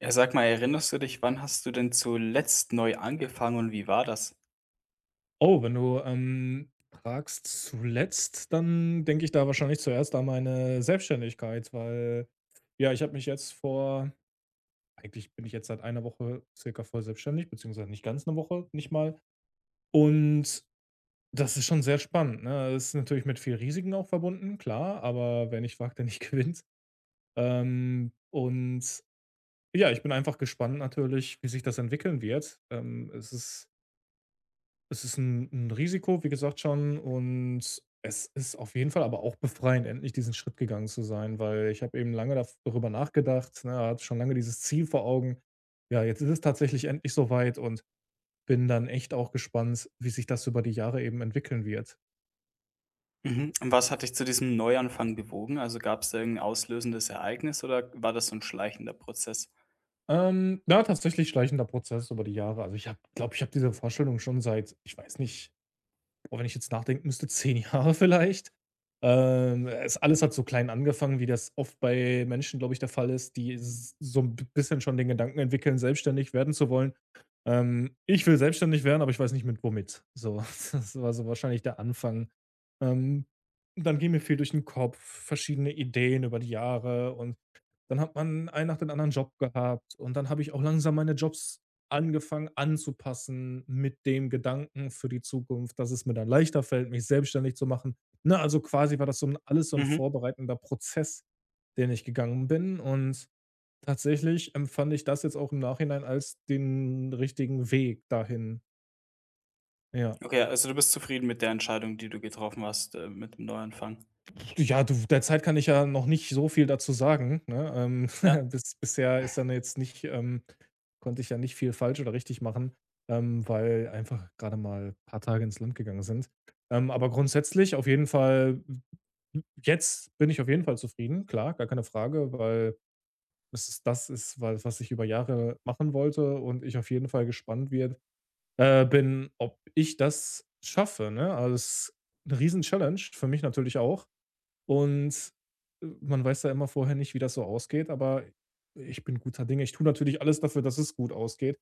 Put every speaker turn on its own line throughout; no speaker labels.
Ja, sag mal, erinnerst du dich, wann hast du denn zuletzt neu angefangen und wie war das?
Oh, wenn du, fragst zuletzt, dann denke ich da wahrscheinlich zuerst an meine Selbstständigkeit, weil, ja, ich habe mich jetzt vor eigentlich bin ich jetzt seit einer Woche circa voll selbstständig, beziehungsweise nicht ganz eine Woche, nicht mal. Und das ist schon sehr spannend, ne? Es ist natürlich mit viel Risiken auch verbunden, klar, aber wer nicht wagt, der nicht gewinnt. Und ja, ich bin einfach gespannt natürlich, wie sich das entwickeln wird. Es ist ein 'n Risiko, wie gesagt schon, und es ist auf jeden Fall aber auch befreiend, endlich diesen Schritt gegangen zu sein, weil ich habe eben lange daf darüber nachgedacht, ne, hatte schon lange dieses Ziel vor Augen. Ja, jetzt ist es tatsächlich endlich soweit und bin dann echt auch gespannt, wie sich das über die Jahre eben entwickeln wird.
Mhm. Und was hat dich zu diesem Neuanfang bewogen? Also gab es da irgendein auslösendes Ereignis oder war das so ein schleichender Prozess?
Ja, tatsächlich schleichender Prozess über die Jahre. Also, ich habe diese Vorstellung schon seit, ich weiß nicht. Boah, wenn ich jetzt nachdenken müsste, 10 Jahre vielleicht. Es alles hat so klein angefangen, wie das oft bei Menschen, glaube ich, der Fall ist, die s so ein bisschen schon den Gedanken entwickeln, selbstständig werden zu wollen. Ich will selbstständig werden, aber ich weiß nicht mit womit. So, das war so wahrscheinlich der Anfang. Ähm, dann ging mir viel durch den Kopf, verschiedene Ideen über die Jahre, und dann hat man einen nach dem anderen Job gehabt und dann habe ich auch langsam meine Jobs angefangen anzupassen mit dem Gedanken für die Zukunft, dass es mir dann leichter fällt, mich selbstständig zu machen. Ne, also quasi war das so 'n alles so ein
Mhm.
vorbereitender Prozess, den ich gegangen bin, und tatsächlich empfand ich das jetzt auch im Nachhinein als den richtigen Weg dahin. Ja.
Okay, also du bist zufrieden mit der Entscheidung, die du getroffen hast, mit dem Neuanfang.
Ja, du, derzeit kann ich ja noch nicht so viel dazu sagen, ne?
Ja.
Bisher ist dann jetzt nicht konnte ich ja nicht viel falsch oder richtig machen, weil einfach gerade mal ein paar Tage ins Land gegangen sind. Aber grundsätzlich auf jeden Fall jetzt bin ich auf jeden Fall zufrieden, klar, gar keine Frage, weil es ist das ist, wa was ich über Jahre machen wollte und ich auf jeden Fall gespannt wird bin, ob ich das schaffe, ne? Also, es 'ne Riesen-Challenge für mich natürlich auch, und, man weiß ja immer vorher nicht, wie das so ausgeht, aber ich bin guter Dinge. Ich tue natürlich alles dafür, dass es gut ausgeht.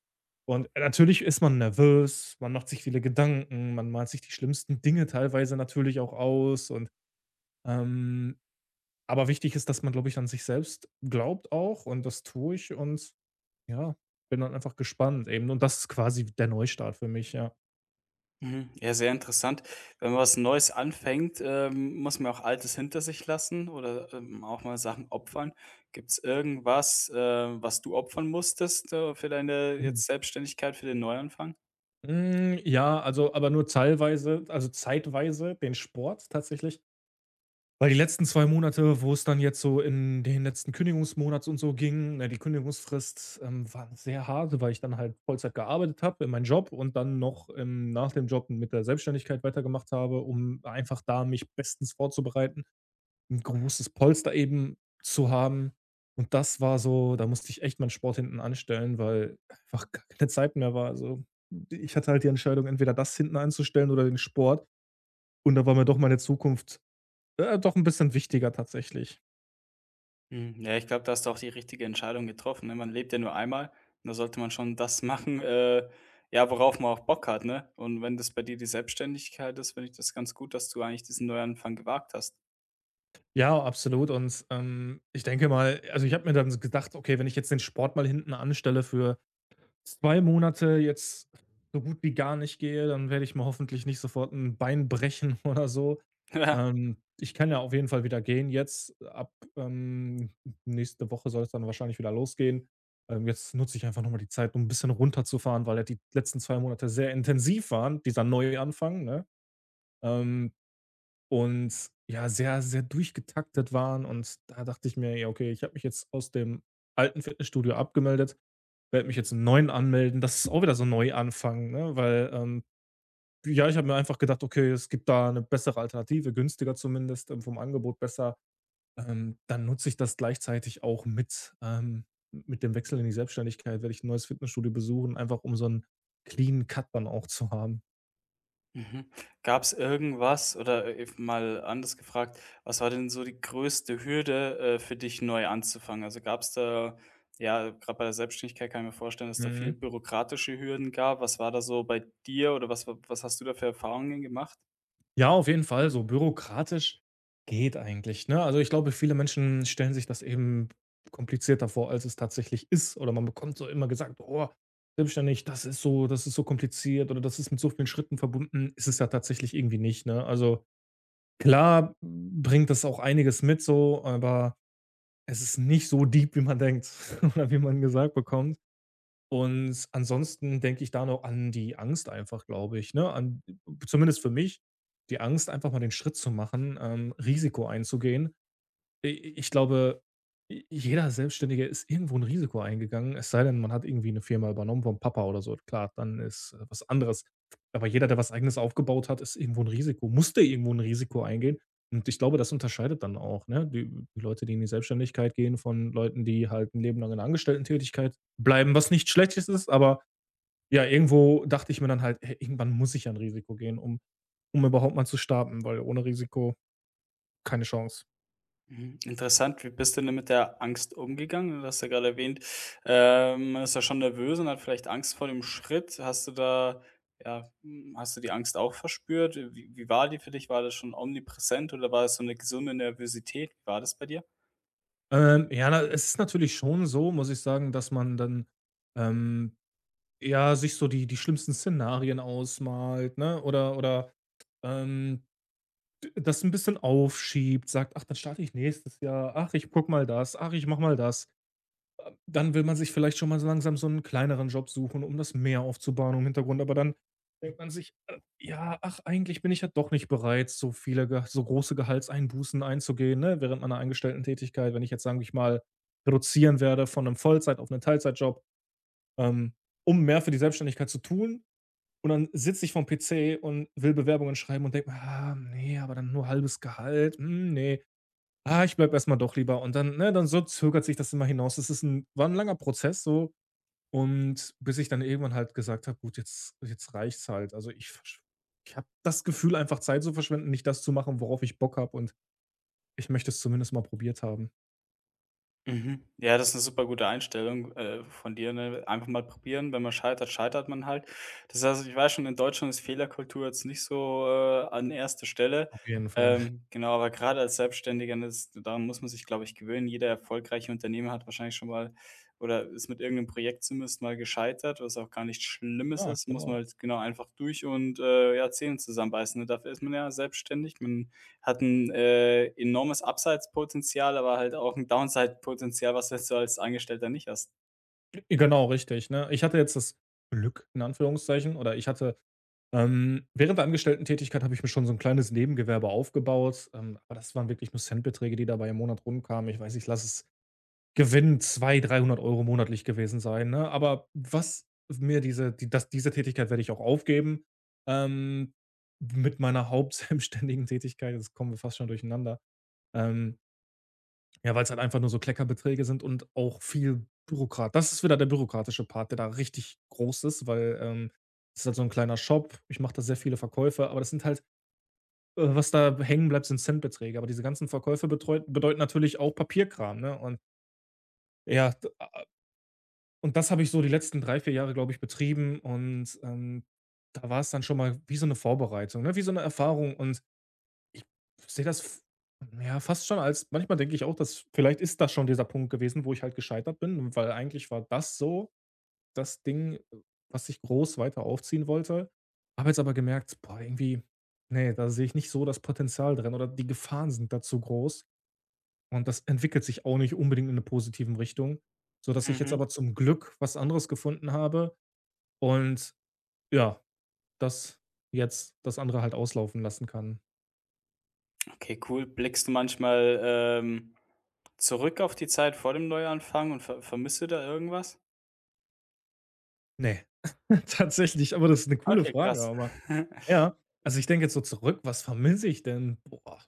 Und, natürlich ist man nervös, man macht sich viele Gedanken, man malt sich die schlimmsten Dinge teilweise natürlich auch aus, und, ähm aber wichtig ist, dass man, glaube ich, an sich selbst glaubt auch und das tue ich und ja, bin dann einfach gespannt eben und das ist quasi der Neustart für mich, ja.
Mhm. Ja, sehr interessant. Wenn man was Neues anfängt, muss man auch Altes hinter sich lassen oder auch mal Sachen opfern. Gibt es irgendwas, was du opfern musstest, für deine
Mhm.
jetzt Selbstständigkeit, für den Neuanfang?
Ja, also aber nur teilweise, also zeitweise den Sport tatsächlich. Weil die letzten 2 Monate, wo es dann jetzt so in den letzten Kündigungsmonat und so ging, ne, die Kündigungsfrist, war sehr hart, weil ich dann halt Vollzeit gearbeitet habe in meinem Job und dann noch, nach dem Job mit der Selbstständigkeit weitergemacht habe, um einfach da mich bestens vorzubereiten, ein großes Polster eben zu haben. Und das war so, da musste ich echt meinen Sport hinten anstellen, weil einfach gar keine Zeit mehr war. Also, ich hatte halt die Entscheidung, entweder das hinten anzustellen oder den Sport. Und da war mir doch meine Zukunft doch ein bisschen wichtiger tatsächlich.
Mhm. Ja, ich glaube, da hast du auch die richtige Entscheidung getroffen, ne? Man lebt ja nur einmal und da sollte man schon das machen, ja, worauf man auch Bock hat, ne? Und wenn das bei dir die Selbstständigkeit ist, finde ich das ganz gut, dass du eigentlich diesen Neuanfang gewagt hast.
Ja, absolut und, ich denke mal, also, ich habe mir dann so gedacht: „Okay, wenn ich jetzt den Sport mal hinten anstelle für 2 Monate, jetzt so gut wie gar nicht gehe, dann werde ich mir hoffentlich nicht sofort ein Bein brechen oder so.“
Ja.
Ich kann ja auf jeden Fall wieder gehen jetzt. Ab, ähm, nächste Woche soll es dann wahrscheinlich wieder losgehen. Jetzt nutze ich einfach noch mal die Zeit, um ein bisschen runterzufahren, weil ja die letzten 2 Monate sehr intensiv waren, dieser Neuanfang, ne? Ähm Und ja, sehr, sehr durchgetaktet waren und da dachte ich mir: „Ja, okay, ich habe mich jetzt aus dem alten Fitnessstudio abgemeldet, werde mich jetzt im neuen anmelden.“ Das ist auch wieder so ein Neuanfang, ne, weil, ja, ich habe mir einfach gedacht: „Okay, es gibt da eine bessere Alternative, günstiger zumindest, vom Angebot besser. Dann nutze ich das gleichzeitig auch mit dem Wechsel in die Selbstständigkeit werde ich ein neues Fitnessstudio besuchen, einfach um so einen clean Cut dann auch zu haben.“
Mhm. Gab's irgendwas oder, if mal anders gefragt, was war denn so die größte Hürde, für dich neu anzufangen? Also, gab's da ja, gerade bei der Selbstständigkeit kann ich mir vorstellen, dass da viel
Mhm.
bürokratische Hürden gab. Was war da so bei dir oder was wa was hast du da für Erfahrungen gemacht?
Ja, auf jeden Fall, so bürokratisch geht eigentlich, ne? Also, ich glaube, viele Menschen stellen sich das eben komplizierter vor, als es tatsächlich ist. Oder man bekommt so immer gesagt: „Oh, selbstständig, das ist so, das ist so kompliziert oder das ist mit so vielen Schritten verbunden.“ Ist es ja tatsächlich irgendwie nicht, ne? Also, klar bringt das auch einiges mit so, aber es ist nicht so deep, wie man denkt oder wie man gesagt bekommt. Und ansonsten denke ich da noch an die Angst einfach, glaube ich, ne? An, zumindest für mich, die Angst, einfach mal den Schritt zu machen, Risiko einzugehen. I Ich glaube, jeder Selbstständige ist irgendwo ein Risiko eingegangen, es sei denn, man hat irgendwie eine Firma übernommen vom Papa oder so. Klar, dann ist, was anderes. Aber jeder, der was Eigenes aufgebaut hat, ist irgendwo ein Risiko musste irgendwo ein Risiko eingehen. Und ich glaube, das unterscheidet dann auch, ne, die Leute, die in die Selbstständigkeit gehen, von Leuten, die halt ein Leben lang in 'ner Angestellten-Tätigkeit bleiben, was nicht Schlechtes ist. Aber ja, irgendwo dachte ich mir dann halt: „Hey, irgendwann muss ich ja ein Risiko gehen, um überhaupt mal zu starten, weil ohne Risiko keine Chance.“
Mhm, interessant. Wie bist du denn mit der Angst umgegangen? Du hast ja gerade erwähnt, man ist ja schon nervös und hat vielleicht Angst vor dem Schritt. Hast du da ja, hm, hast du die Angst auch verspürt? Wie war die für dich? War das schon omnipräsent oder war das so eine gesunde Nervosität? Wie war das bei dir?
Ja, na, es ist natürlich schon so, muss ich sagen, dass man dann, ähm, ja, sich so die schlimmsten Szenarien ausmalt, ne, oder, ähm, d das ein bisschen aufschiebt, sagt: „Ach, dann starte ich nächstes Jahr. Ach, ich guck mal das. Ach, ich mach mal das.“ Dann will man sich vielleicht schon mal so langsam so einen kleineren Job suchen, um das mehr aufzubauen im Hintergrund, aber dann denkt man sich: ja, ach, eigentlich bin ich ja doch nicht bereit, so viele Ge so große Gehaltseinbußen einzugehen“, ne, während meiner Angestellten-Tätigkeit. Wenn ich jetzt, sagen ich mal, reduzieren werde von einem Vollzeit auf einen Teilzeitjob, ähm, um mehr für die Selbstständigkeit zu tun und dann sitze ich vorm PC und will Bewerbungen schreiben und denke mir: „Ah, ne, aber dann nur halbes Gehalt. Hm, ne. Ah, ich bleib erst mal doch lieber.“ Und dann, ne, dann so zögert sich das immer hinaus. Das ist ein, war ein langer Prozess so, und bis ich dann irgendwann halt gesagt habe: „Gut, jetzt reicht's halt.“ Also, ich habe das Gefühl, einfach Zeit zu verschwenden, nicht das zu machen, worauf ich Bock habe und ich möchte es zumindest mal probiert haben.
Mhm. Ja, das ist eine super gute Einstellung, von dir, ne? Einfach mal probieren, wenn man scheitert, scheitert man halt. Das heißt, ich weiß schon, in Deutschland ist Fehlerkultur jetzt nicht so, an 1. Stelle.
Auf jeden Fall.
Genau, aber gerade als Selbstständiger, ne, das daran muss man sich, glaube ich, gewöhnen. Jeder erfolgreiche Unternehmer hat wahrscheinlich schon mal oder ist mit irgendeinem Projekt zumindest mal gescheitert, was auch gar nichts Schlimmes
Ja,
ist. Muss man
genau.
halt, genau, einfach durch und, ja, Zähne zusammenbeißen, ne? Dafür ist man ja selbstständig. Man hat ein enormes Upside-Potenzial, aber halt auch ein Downside-Potenzial, was du als Angestellter nicht hast.
Genau, richtig, ne? Ich hatte jetzt das Glück in Anführungszeichen oder ich hatte während der Angestellten Tätigkeit habe ich mir schon so ein kleines Nebengewerbe aufgebaut, aber das waren wirklich nur Centbeträge, die dabei im Monat rumkamen. Ich weiß, ich lasse es Gewinn 200, 300 Euro monatlich gewesen sein, ne? Aber was mir diese die das diese Tätigkeit werde ich auch aufgeben, ähm, mit meiner hauptselbstständigen Tätigkeit. Das kommen wir fast schon durcheinander. Ähm, ja, weil es halt einfach nur so Kleckerbeträge sind und auch viel Bürokrat das ist wieder der bürokratische Part, der da richtig groß ist, weil, es ist halt so ein kleiner Shop. Ich mache da sehr viele Verkäufe, aber das sind halt was da hängen bleibt, sind Centbeträge. Aber diese ganzen Verkäufe betreut bedeuten natürlich auch Papierkram, ne? Und ja, und das habe ich so die letzten 3 vier Jahre, glaube ich, betrieben und, da war es dann schon mal wie so eine Vorbereitung, ne, wie so eine Erfahrung und ich sehe das f ja, fast schon als, manchmal denke ich auch, dass vielleicht ist das schon dieser Punkt gewesen, wo ich halt gescheitert bin, weil eigentlich war das so das Ding, was ich groß weiter aufziehen wollte. Habe jetzt aber gemerkt: „Boah, irgendwie, ne, da sehe ich nicht so das Potenzial drin oder die Gefahren sind da zu groß.“ Und das entwickelt sich auch nicht unbedingt in eine positiven Richtung, sodass ich jetzt
Mhm.
aber zum Glück was anderes gefunden habe und ja, das jetzt das andere halt auslaufen lassen kann.
Okay, cool. Blickst du manchmal, zurück auf die Zeit vor dem Neuanfang und vermisst du da irgendwas?
Ne, tatsächlich, aber das ist 'ne coole
Okay, krass.
Frage, aber ja. Also, ich denke jetzt so zurück, was vermisse ich denn? Boah,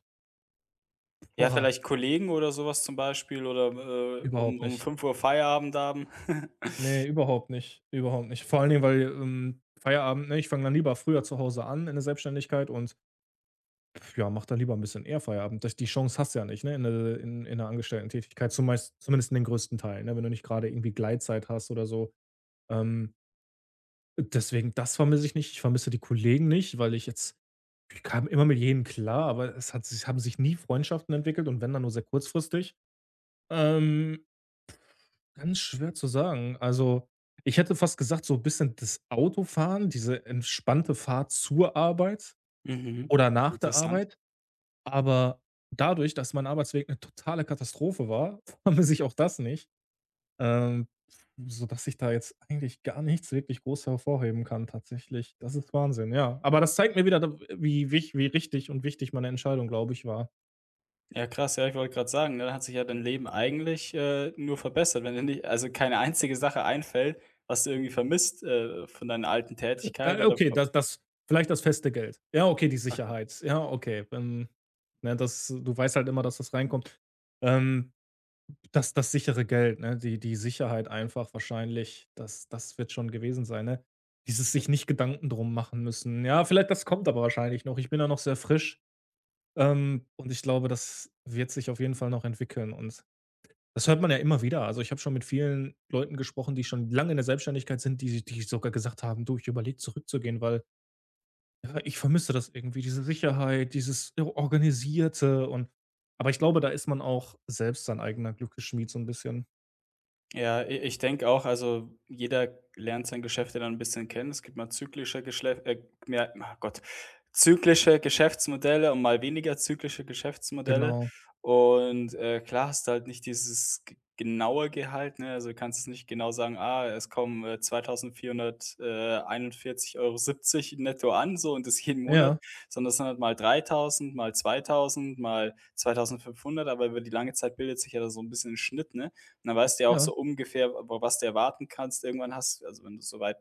Ja,
boah,
vielleicht Kollegen oder sowas zum Beispiel oder, um
überhaupt
um
nicht.
5 Uhr Feierabend haben?
Ne, überhaupt nicht, überhaupt nicht. Vor allen Dingen, weil, Feierabend, ne, ich fange dann lieber früher zu Hause an in der Selbstständigkeit und Pf, ja, mach dann lieber ein bisschen eher Feierabend. Das die Chance hast du ja nicht, ne, in de in 'ner Angestellten-Tätigkeit, zumeist zumindest in den größten Teilen, ne, wenn du nicht gerade irgendwie Gleitzeit hast oder so. Ähm, deswegen, das vermisse ich nicht. Ich vermisse die Kollegen nicht, weil ich jetzt ich kam immer mit jedem klar, aber es hat sich haben sich nie Freundschaften entwickelt und wenn, dann nur sehr kurzfristig. Ähm, ganz schwer zu sagen. Also, ich hätte fast gesagt, so ein bisschen das Autofahren, diese entspannte Fahrt zur Arbeit
Mhm.
oder nach der
Interessant.
Arbeit, aber dadurch, dass mein Arbeitsweg eine totale Katastrophe war, vermisse ich auch das nicht, ähm, sodass ich da jetzt eigentlich gar nichts wirklich groß hervorheben kann tatsächlich. Das ist Wahnsinn, ja. Aber das zeigt mir wieder, da wie wich wie richtig und wichtig meine Entscheidung, glaube ich, war.
Ja, krass, ja, ich wollte gerade sagen, ne, dann hat sich ja dein Leben eigentlich, nur verbessert, wenn dir nicht also keine einzige Sache einfällt, was du irgendwie vermisst, von deiner alten Tätigkeit oder
Okay, das das vielleicht das feste Geld. Ja, okay, die
okay.
Sicherheit. Ja, okay, ne, das du weißt halt immer, dass das reinkommt. Ähm das sichere Geld, ne? Die Sicherheit einfach wahrscheinlich, das wird schon gewesen sein, ne? Dieses sich nicht Gedanken drum machen müssen. Ja, vielleicht das kommt aber wahrscheinlich noch. Ich bin da noch sehr frisch, und ich glaube, das wird sich auf jeden Fall noch entwickeln und das hört man ja immer wieder. Also, ich habe schon mit vielen Leuten gesprochen, die schon lange in der Selbstständigkeit sind, die sogar gesagt haben: „Du, ich überlege zurückzugehen, weil, ja, ich vermisse das irgendwie, diese Sicherheit, dieses Organisierte und" aber ich glaube, da ist man auch selbst sein eigener Glückesschmied so ein bisschen.
Ja, i ich denke auch, also jeder lernt sein Geschäft ja dann ein bisschen kennen. Es gibt mal zyklische Geschlef mehr ach Gott, zyklische Geschäftsmodelle und mal weniger zyklische Geschäftsmodelle.
Genau.
Und, klar hast du halt nicht dieses g genaue Gehalt, ne? Also, du kannst jetzt nicht genau sagen: „Ah, es kommen, 2.400, 41,70 netto an“, so und das jeden Monat,
Ja,
sondern es sind halt mal 3.000, mal 2.000, mal 2.500. Aber über die lange Zeit bildet sich ja da so ein bisschen 'n Schnitt, ne? Dann weißt du ja auch
ja,
so ungefähr, was du erwarten kannst. Irgendwann hast also, wenn du soweit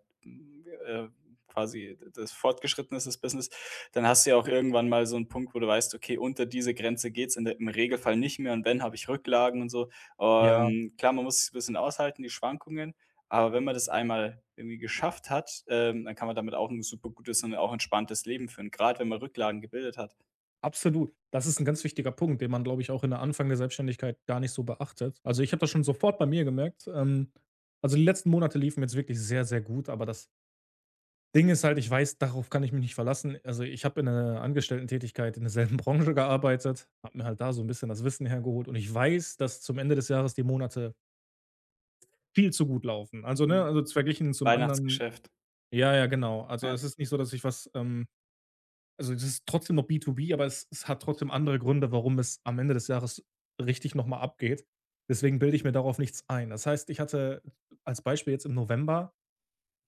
äh, quasi das fortgeschritten ist, das Business, dann hast du ja auch irgendwann mal so einen Punkt, wo du weißt: „Okay, unter diese Grenze geht's in der im Regelfall nicht mehr und wenn, habe ich Rücklagen und so.“
ja,
Klar, man muss es 'n bisschen aushalten, die Schwankungen, aber wenn man das einmal irgendwie geschafft hat, dann kann man damit auch ein super gutes und auch entspanntes Leben führen, gerade wenn man Rücklagen gebildet hat.
absolut. Das ist 'n ganz wichtiger Punkt, den man, glaube ich, auch in der Anfang der Selbstständigkeit gar nicht so beachtet. Also, ich habe das schon sofort bei mir gemerkt. Also, die letzten Monate liefen jetzt wirklich sehr, sehr gut, aber das Ding ist halt, ich weiß, darauf kann ich mich nicht verlassen. Also, ich habe in der Angestellten-Tätigkeit in derselben Branche gearbeitet, habe mir halt da so 'n bisschen das Wissen hergeholt und ich weiß, dass zum Ende des Jahres die Monate viel zu gut laufen. Also, ne,
Mhm.
also, z verglichen zum anderen,
Weihnachtsgeschäft.
ja, ja, genau. Also,
Ja,
es ist nicht so, dass ich was, also, das ist trotzdem noch B2B, aber es hat trotzdem andere Gründe, warum es am Ende des Jahres richtig noch mal abgeht. Deswegen bilde ich mir darauf nichts ein. Das heißt, ich hatte als Beispiel jetzt im November,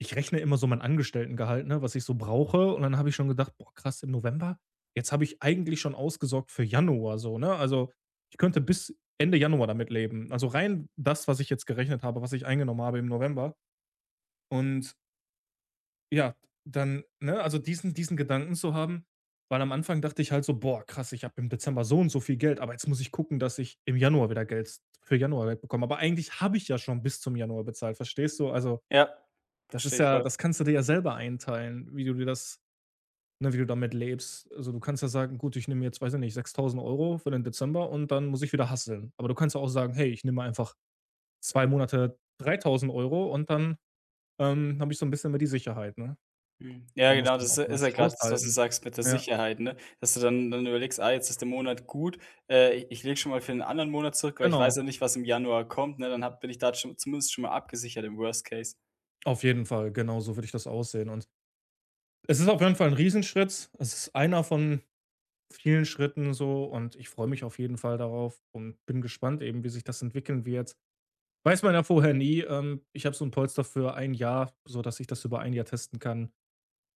ich rechne immer so mein Angestelltengehalt, ne, was ich so brauche und dann habe ich schon gedacht: „Boah, krass, im November? Jetzt habe ich eigentlich schon ausgesorgt für Januar so", ne? Also, ich könnte bis Ende Januar damit leben. Also, rein das, was ich jetzt gerechnet habe, was ich eingenommen habe im November, und ja, dann, ne, also diesen Gedanken zu haben, weil am Anfang dachte ich halt so: „Boah, krass, ich habe im Dezember so und so viel Geld, aber jetzt muss ich gucken, dass ich im Januar wieder Geld für Januar Geld bekomme." Aber eigentlich habe ich ja schon bis zum Januar bezahlt, verstehst du? Also,
ja,
das ist
verstehe ich
ja,
voll.
das kannst du dir ja selber einteilen, wie du dir das, ne, wie du damit lebst. Also, du kannst ja sagen: „Gut, ich nehme jetzt, weiß ich nicht, 6.000 Euro für den Dezember und dann muss ich wieder hasseln." Aber du kannst ja auch sagen: „Hey, ich nehme einfach 2 Monate 3.000 Euro und dann, habe ich so ein bisschen mehr die Sicherheit", ne?
Mhm. Ja,
Da muss
genau,
man
das
auch
ist
anders
ja gerade das, was du
haushalten.
sagst mit der
Ja,
Sicherheit, ne? Dass du dann dann überlegst: „Ah, jetzt ist der Monat gut. Ich lege schon mal für den anderen Monat zurück, weil ich weiß
genau.
ja nicht, was im Januar kommt“, ne? Dann hab bin ich da schon zumindest schon mal abgesichert im Worst Case.
Auf jeden Fall, genau so würde ich das aussehen und es ist auf jeden Fall ein Riesenschritt. Es ist einer von vielen Schritten so und ich freue mich auf jeden Fall darauf und bin gespannt eben, wie sich das entwickeln wird. Weiß man ja vorher nie. Ich habe so ein Polster für ein Jahr, sodass ich das über ein Jahr testen kann.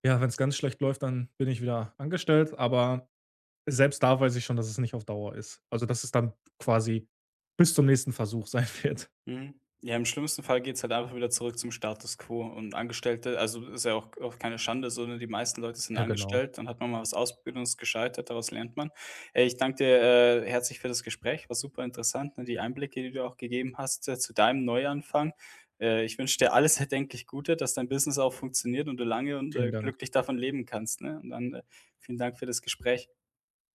Ja, wenn es ganz schlecht läuft, dann bin ich wieder angestellt, aber selbst da weiß ich schon, dass es nicht auf Dauer ist. Also, dass es dann quasi bis zum nächsten Versuch sein wird.
Mhm. Ja, im schlimmsten Fall geht's halt einfach wieder zurück zum Status quo und Angestellte also, ist ja auch auch keine Schande, sondern die meisten Leute sind
Ja, genau.
angestellt, dann hat man mal was ausprobiert und ist gescheitert, daraus lernt man. Ey, ich danke dir, herzlich für das Gespräch, war super interessant, ne, die Einblicke, die du auch gegeben hast, zu deinem Neuanfang. Ich wünsche dir alles erdenklich Gute, dass dein Business auch funktioniert und du lange und,
Vielen Dank.
glücklich davon leben kannst, ne? Und dann, vielen Dank für das Gespräch.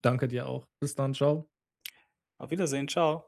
Danke dir auch. Bis dann. Ciao.
Auf Wiedersehen, Ciao.